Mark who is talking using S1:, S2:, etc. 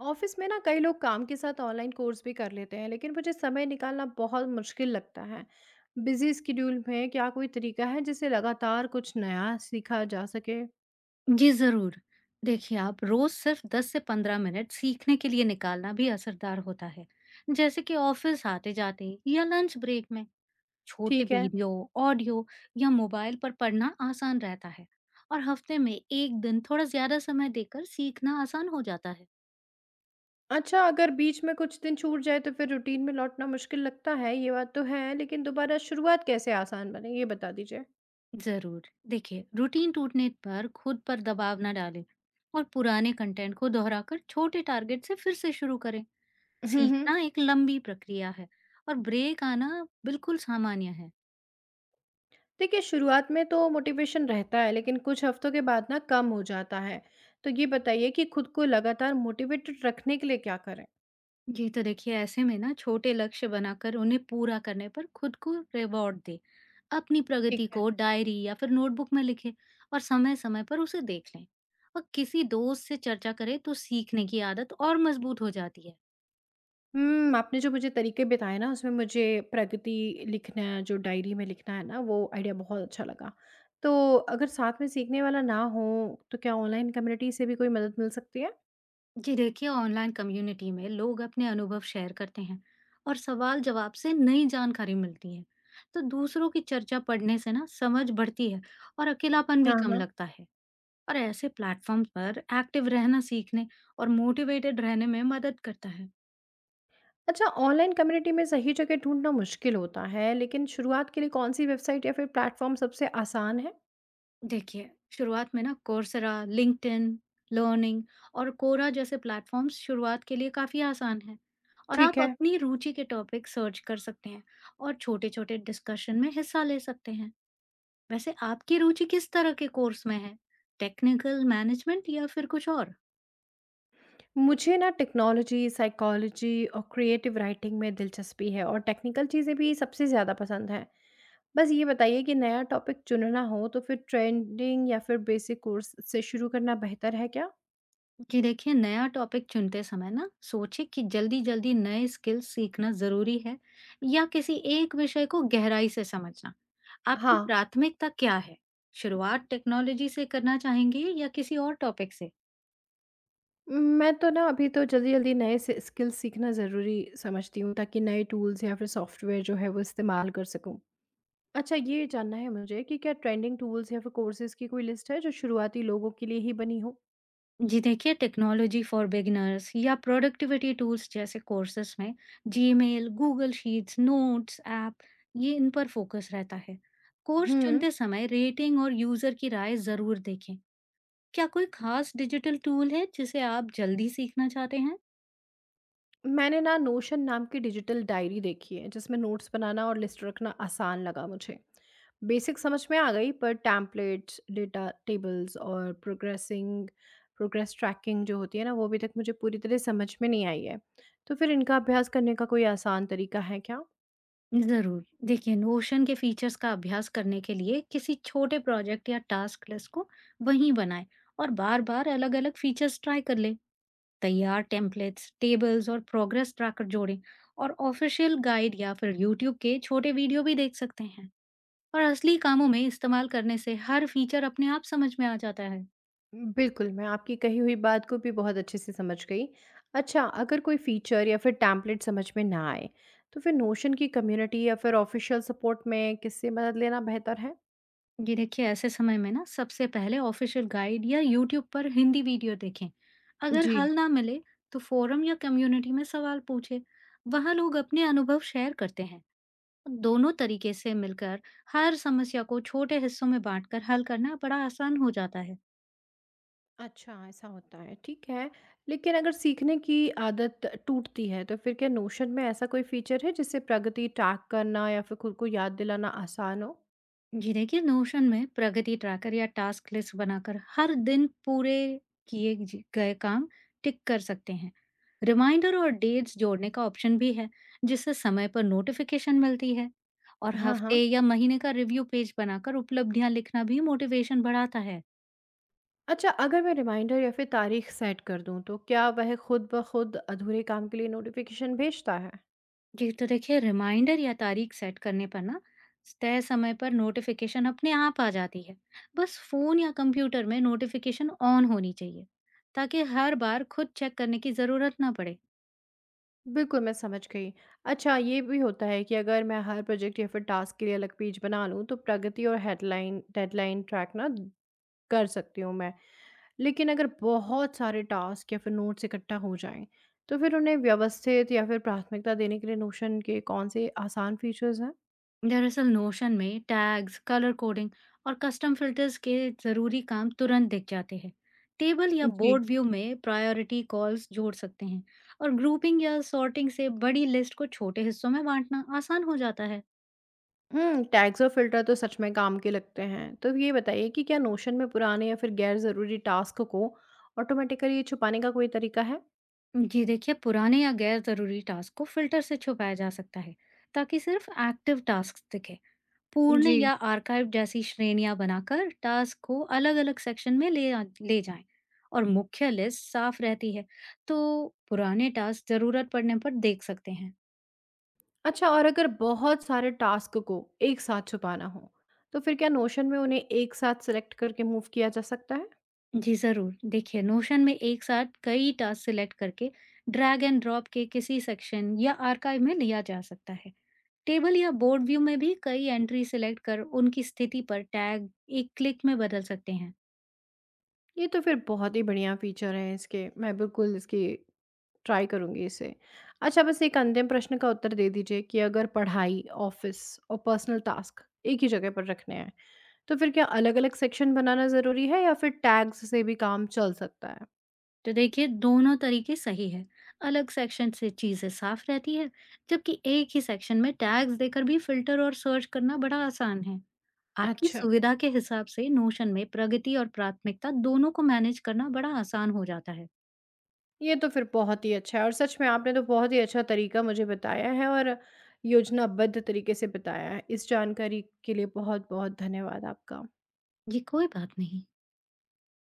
S1: Office में ना कई लोग काम के साथ ऑनलाइन कोर्स भी कर लेते हैं, लेकिन मुझे समय निकालना बहुत मुश्किल लगता है। बिजी स्केड्यूल में क्या कोई तरीका है जिससे लगातार कुछ नया सीखा जा सके?
S2: जी ज़रूर। देखिए, आप रोज़ सिर्फ 10 से 15 मिनट सीखने के लिए निकालना भी असरदार होता है, जैसे कि ऑफ़िस आते-जाते या लंच ब्रेक में। छोटे
S1: ठीक है।
S2: वीडियो, ऑडियो या मोबाइल पर पढ़ना आसान रहता है, और हफ्ते में 1 दिन थोड़ा ज़्यादा समय देकर सीखना आसान हो जाता है।
S1: अच्छा, अगर बीच में कुछ दिन छूट जाए तो फिर रूटीन में लौटना मुश्किल लगता है, ये बात तो है। लेकिन दोबारा शुरुआत कैसे आसान बने ये बता दीजिए।
S2: ज़रूर, देखिए, रूटीन टूटने पर खुद पर दबाव ना डालें और पुराने कंटेंट को दोहराकर छोटे टारगेट से फिर से शुरू करें।
S1: हम्म हम्म।
S2: सीखना एक लंबी प्रक्रिया है और ब्रेक आना बिल्कुल सामान्य है।
S1: देखिए, शुरुआत में तो मोटिवेशन रहता है, लेकिन कुछ हफ्तों के बाद ना कम हो जाता है। तो ये बताइए कि खुद को लगातार मोटिवेटेड रखने के लिए क्या करें।
S2: जी, तो देखिए, ऐसे में ना छोटे लक्ष्य बनाकर उन्हें पूरा करने पर खुद को रिवॉर्ड दे। अपनी
S1: ठीक
S2: प्रगति
S1: है।
S2: को डायरी या फिर नोटबुक में लिखे और समय समय पर उसे देख लें। और किसी दोस्त से चर्चा करें तो सीखने की आदत और मजबूत हो जाती है।
S1: हुँ, आपने जो मुझे तरीके बताए ना उसमें मुझे प्रगति लिखना है, जो डायरी में लिखना है ना वो आइडिया बहुत अच्छा लगा। तो अगर साथ में सीखने वाला ना हो तो क्या ऑनलाइन कम्युनिटी से भी कोई मदद मिल सकती है?
S2: जी देखिए, ऑनलाइन कम्युनिटी में लोग अपने अनुभव शेयर करते हैं और सवाल जवाब से नई जानकारी मिलती है। तो दूसरों की चर्चा पढ़ने से ना समझ बढ़ती है और अकेलापन
S1: हाँ,
S2: भी कम
S1: हाँ।
S2: लगता है। और ऐसे प्लेटफॉर्म पर एक्टिव रहना सीखने और मोटिवेटेड रहने में मदद करता है।
S1: अच्छा, ऑनलाइन कम्युनिटी में सही जगह ढूँढना मुश्किल होता है, लेकिन शुरुआत के लिए कौन-सी वेबसाइट या फिर प्लेटफ़ॉर्म सबसे आसान है?
S2: देखिए, शुरुआत में ना कोर्सरा, लिंक्डइन लर्निंग और कोरा जैसे प्लेटफॉर्म्स शुरुआत के लिए काफी आसान है, और
S1: ठीक
S2: आप
S1: है।
S2: अपनी रुचि के टॉपिक सर्च कर सकते हैं और छोटे छोटे डिस्कशन में हिस्सा ले सकते हैं। वैसे, आपकी रुचि किस तरह के कोर्स में है? टेक्निकल, मैनेजमेंट या फिर कुछ और?
S1: मुझे ना टेक्नोलॉजी, साइकोलॉजी और क्रिएटिव राइटिंग में दिलचस्पी है, और टेक्निकल चीज़ें भी सबसे ज़्यादा पसंद हैं। बस ये बताइए कि नया टॉपिक चुनना हो तो फिर ट्रेंडिंग या फिर बेसिक कोर्स से शुरू करना बेहतर है क्या?
S2: कि देखिए, नया टॉपिक चुनते समय ना सोचे कि जल्दी-जल्दी नए स्किल्स सीखना ज़रूरी है या किसी एक विषय को गहराई से समझना। आपकी
S1: हाँ,
S2: प्राथमिकता क्या है? शुरुआत टेक्नोलॉजी से करना चाहेंगे या किसी और टॉपिक से?
S1: मैं तो ना अभी तो जल्दी-जल्दी नए से स्किल्स सीखना ज़रूरी समझती हूँ, ताकि नए टूल्स या फिर सॉफ्टवेयर जो है वो इस्तेमाल कर सकूँ। अच्छा, ये जानना है मुझे कि क्या ट्रेंडिंग टूल्स या फिर कोर्सेज़ की कोई लिस्ट है जो शुरुआती लोगों के लिए ही बनी हो?
S2: जी देखिए, टेक्नोलॉजी फॉर बिगिनर्स या प्रोडक्टिविटी टूल्स जैसे कोर्सेस में Gmail, Google Sheets, Notes, app, ये इन पर फोकस रहता है। कोर्स
S1: हम्म।
S2: चुनते समय रेटिंग और यूजर की राय जरूर देखें। क्या कोई खास डिजिटल टूल है जिसे आप जल्दी सीखना चाहते हैं?
S1: मैंने ना नोशन नाम की डिजिटल डायरी देखी है जिसमें नोट्स बनाना और लिस्ट रखना आसान लगा मुझे। बेसिक समझ में आ गई, पर टैम्पलेट्स, डेटा टेबल्स और प्रोग्रेस ट्रैकिंग जो होती है ना वो अभी तक मुझे पूरी तरह समझ में नहीं आई है। तो फिर इनका अभ्यास करने का कोई आसान तरीका है क्या?
S2: जरूर, देखिए, नोशन के फीचर्स का अभ्यास करने के लिए किसी छोटे प्रोजेक्ट या टास्क लिस्ट को वहीं बनाएं और बार बार अलग अलग फीचर्स ट्राई कर लें। तैयार टेम्पलेट्स, टेबल्स और प्रोग्रेस ट्रैकर जोड़ें, और ऑफिशियल गाइड या फिर यूट्यूब के छोटे वीडियो भी देख सकते हैं। और असली कामों में इस्तेमाल करने से हर फीचर अपने आप समझ में आ जाता है।
S1: बिल्कुल, मैं आपकी कही हुई बात को भी बहुत अच्छे से समझ गई। अच्छा, अगर कोई फीचर या फिर टैम्पलेट समझ में ना आए तो फिर नोशन की कम्युनिटी या फिर ऑफिशियल सपोर्ट में किससे मदद लेना बेहतर है?
S2: ये देखिए, ऐसे समय में ना सबसे पहले ऑफिशियल गाइड या यूट्यूब पर हिंदी वीडियो देखें। अगर
S1: जी।
S2: हल ना मिले तो फोरम या कम्युनिटी में सवाल पूछे। वहाँ लोग अपने अनुभव शेयर करते हैं। दोनों तरीके से मिलकर हर समस्या को छोटे हिस्सों में बांटकर हल करना बड़ा आसान हो जाता है।
S1: अच्छा, ऐसा होता है, ठीक है। लेकिन अगर सीखने की आदत टूटती है, तो फिर क्या नोशन में ऐसा कोई फीचर है, जिससे प्रगति ट्रैक करना या फिर खुद को याद दिलाना आसान हो?
S2: जी देखिए, नोशन में प्रगति ट्रैकर या टास्क लिस्ट बनाकर हर दिन पूरे किए गए काम टिक कर सकते हैं। रिमाइंडर और डेट्स जोड़ने का ऑप्शन भी है, जिससे समय पर नोटिफिकेशन मिलती है। और
S1: हाँ, हाँ।
S2: हफ्ते या महीने का रिव्यू पेज बनाकर उपलब्धियां लिखना भी मोटिवेशन बढ़ाता है।
S1: अच्छा, अगर मैं रिमाइंडर या फिर तारीख सेट कर दूँ, तो क्या वह खुद ब खुद अधूरे काम के लिए नोटिफ़िकेशन भेजता है?
S2: जी, तो देखिए, रिमाइंडर या तारीख सेट करने पर ना तय समय पर नोटिफिकेशन अपने आप आ जाती है। बस फोन या कंप्यूटर में नोटिफिकेशन ऑन होनी चाहिए, ताकि हर बार खुद चेक करने की जरूरत ना पड़े।
S1: बिल्कुल, मैं समझ गई। अच्छा, ये भी होता है कि अगर मैं हर प्रोजेक्ट या फिर टास्क के लिए अलग पेज बना लूँ, तो प्रगति और हेडलाइन डेडलाइन ट्रैक ना कर सकती हूँ मैं। लेकिन अगर बहुत सारे टास्क या फिर नोट्स इकट्ठा हो जाएं तो फिर उन्हें व्यवस्थित या फिर प्राथमिकता देने के लिए नोशन के कौन से आसान फीचर्स हैं?
S2: दरअसल, नोशन में टैग्स, कलर कोडिंग और कस्टम फिल्टर्स के जरूरी काम तुरंत दिख जाते हैं। टेबल या
S1: जी।
S2: बोर्ड व्यू में प्रायोरिटी कॉल्स जोड़ सकते हैं, और ग्रुपिंग या सॉर्टिंग से बड़ी लिस्ट को छोटे हिस्सों में बांटना आसान हो जाता है।
S1: हम्म, टैग्स और फिल्टर तो सच में काम के लगते हैं। तो ये बताइए कि क्या नोशन में पुराने या फिर गैर ज़रूरी टास्क को ऑटोमेटिकली छुपाने का कोई तरीका है?
S2: जी देखिए, पुराने या गैर जरूरी टास्क को फिल्टर से छुपाया जा सकता है, ताकि सिर्फ एक्टिव टास्क दिखे। पूर्ण
S1: जी।
S2: या आर्काइव जैसी श्रेणियां बनाकर टास्क को अलग अलग सेक्शन में ले जाएं और मुख्य लिस्ट साफ रहती है। तो पुराने टास्क जरूरत पड़ने पर देख सकते हैं।
S1: अच्छा, और अगर बहुत सारे टास्क को एक साथ छुपाना हो तो फिर क्या नोशन में उन्हें एक साथ सेलेक्ट करके मूव किया जा सकता है?
S2: जी जरूर, देखिए, नोशन में एक साथ कई टास्क सिलेक्ट करके ड्रैग एंड ड्रॉप के किसी सेक्शन या आर्काइव में लिया जा सकता है। टेबल या बोर्ड व्यू में भी कई एंट्री सिलेक्ट कर उनकी स्थिति पर टैग एक क्लिक में बदल सकते हैं।
S1: ये तो फिर बहुत ही बढ़िया फीचर है, इसके मैं बिल्कुल इसकी ट्राई करूँगी इसे। अच्छा, बस एक अंतिम प्रश्न का उत्तर दे दीजिए कि अगर पढ़ाई, ऑफ़िस और पर्सनल टास्क एक ही जगह पर रखने हैं, तो फिर क्या अलग-अलग सेक्शन बनाना ज़रूरी है या फिर टैग्स से भी काम चल सकता है?
S2: तो देखिए, दोनों तरीके सही है। अलग सेक्शन से चीजें साफ रहती है, जबकि एक ही सेक्शन में टैग्स देकर भी फिल्टर और सर्च करना बड़ा आसान है। आपकी
S1: अच्छा,
S2: सुविधा के हिसाब से नोशन में प्रगति और प्राथमिकता दोनों को मैनेज करना बड़ा आसान हो जाता है।
S1: ये तो फिर बहुत ही अच्छा है, और सच में आपने तो बहुत ही अच्छा तरीका मुझे बताया है, और योजनाबद्ध तरीके से बताया है। इस जानकारी के लिए बहुत-बहुत धन्यवाद आपका।
S2: ये कोई बात नहीं।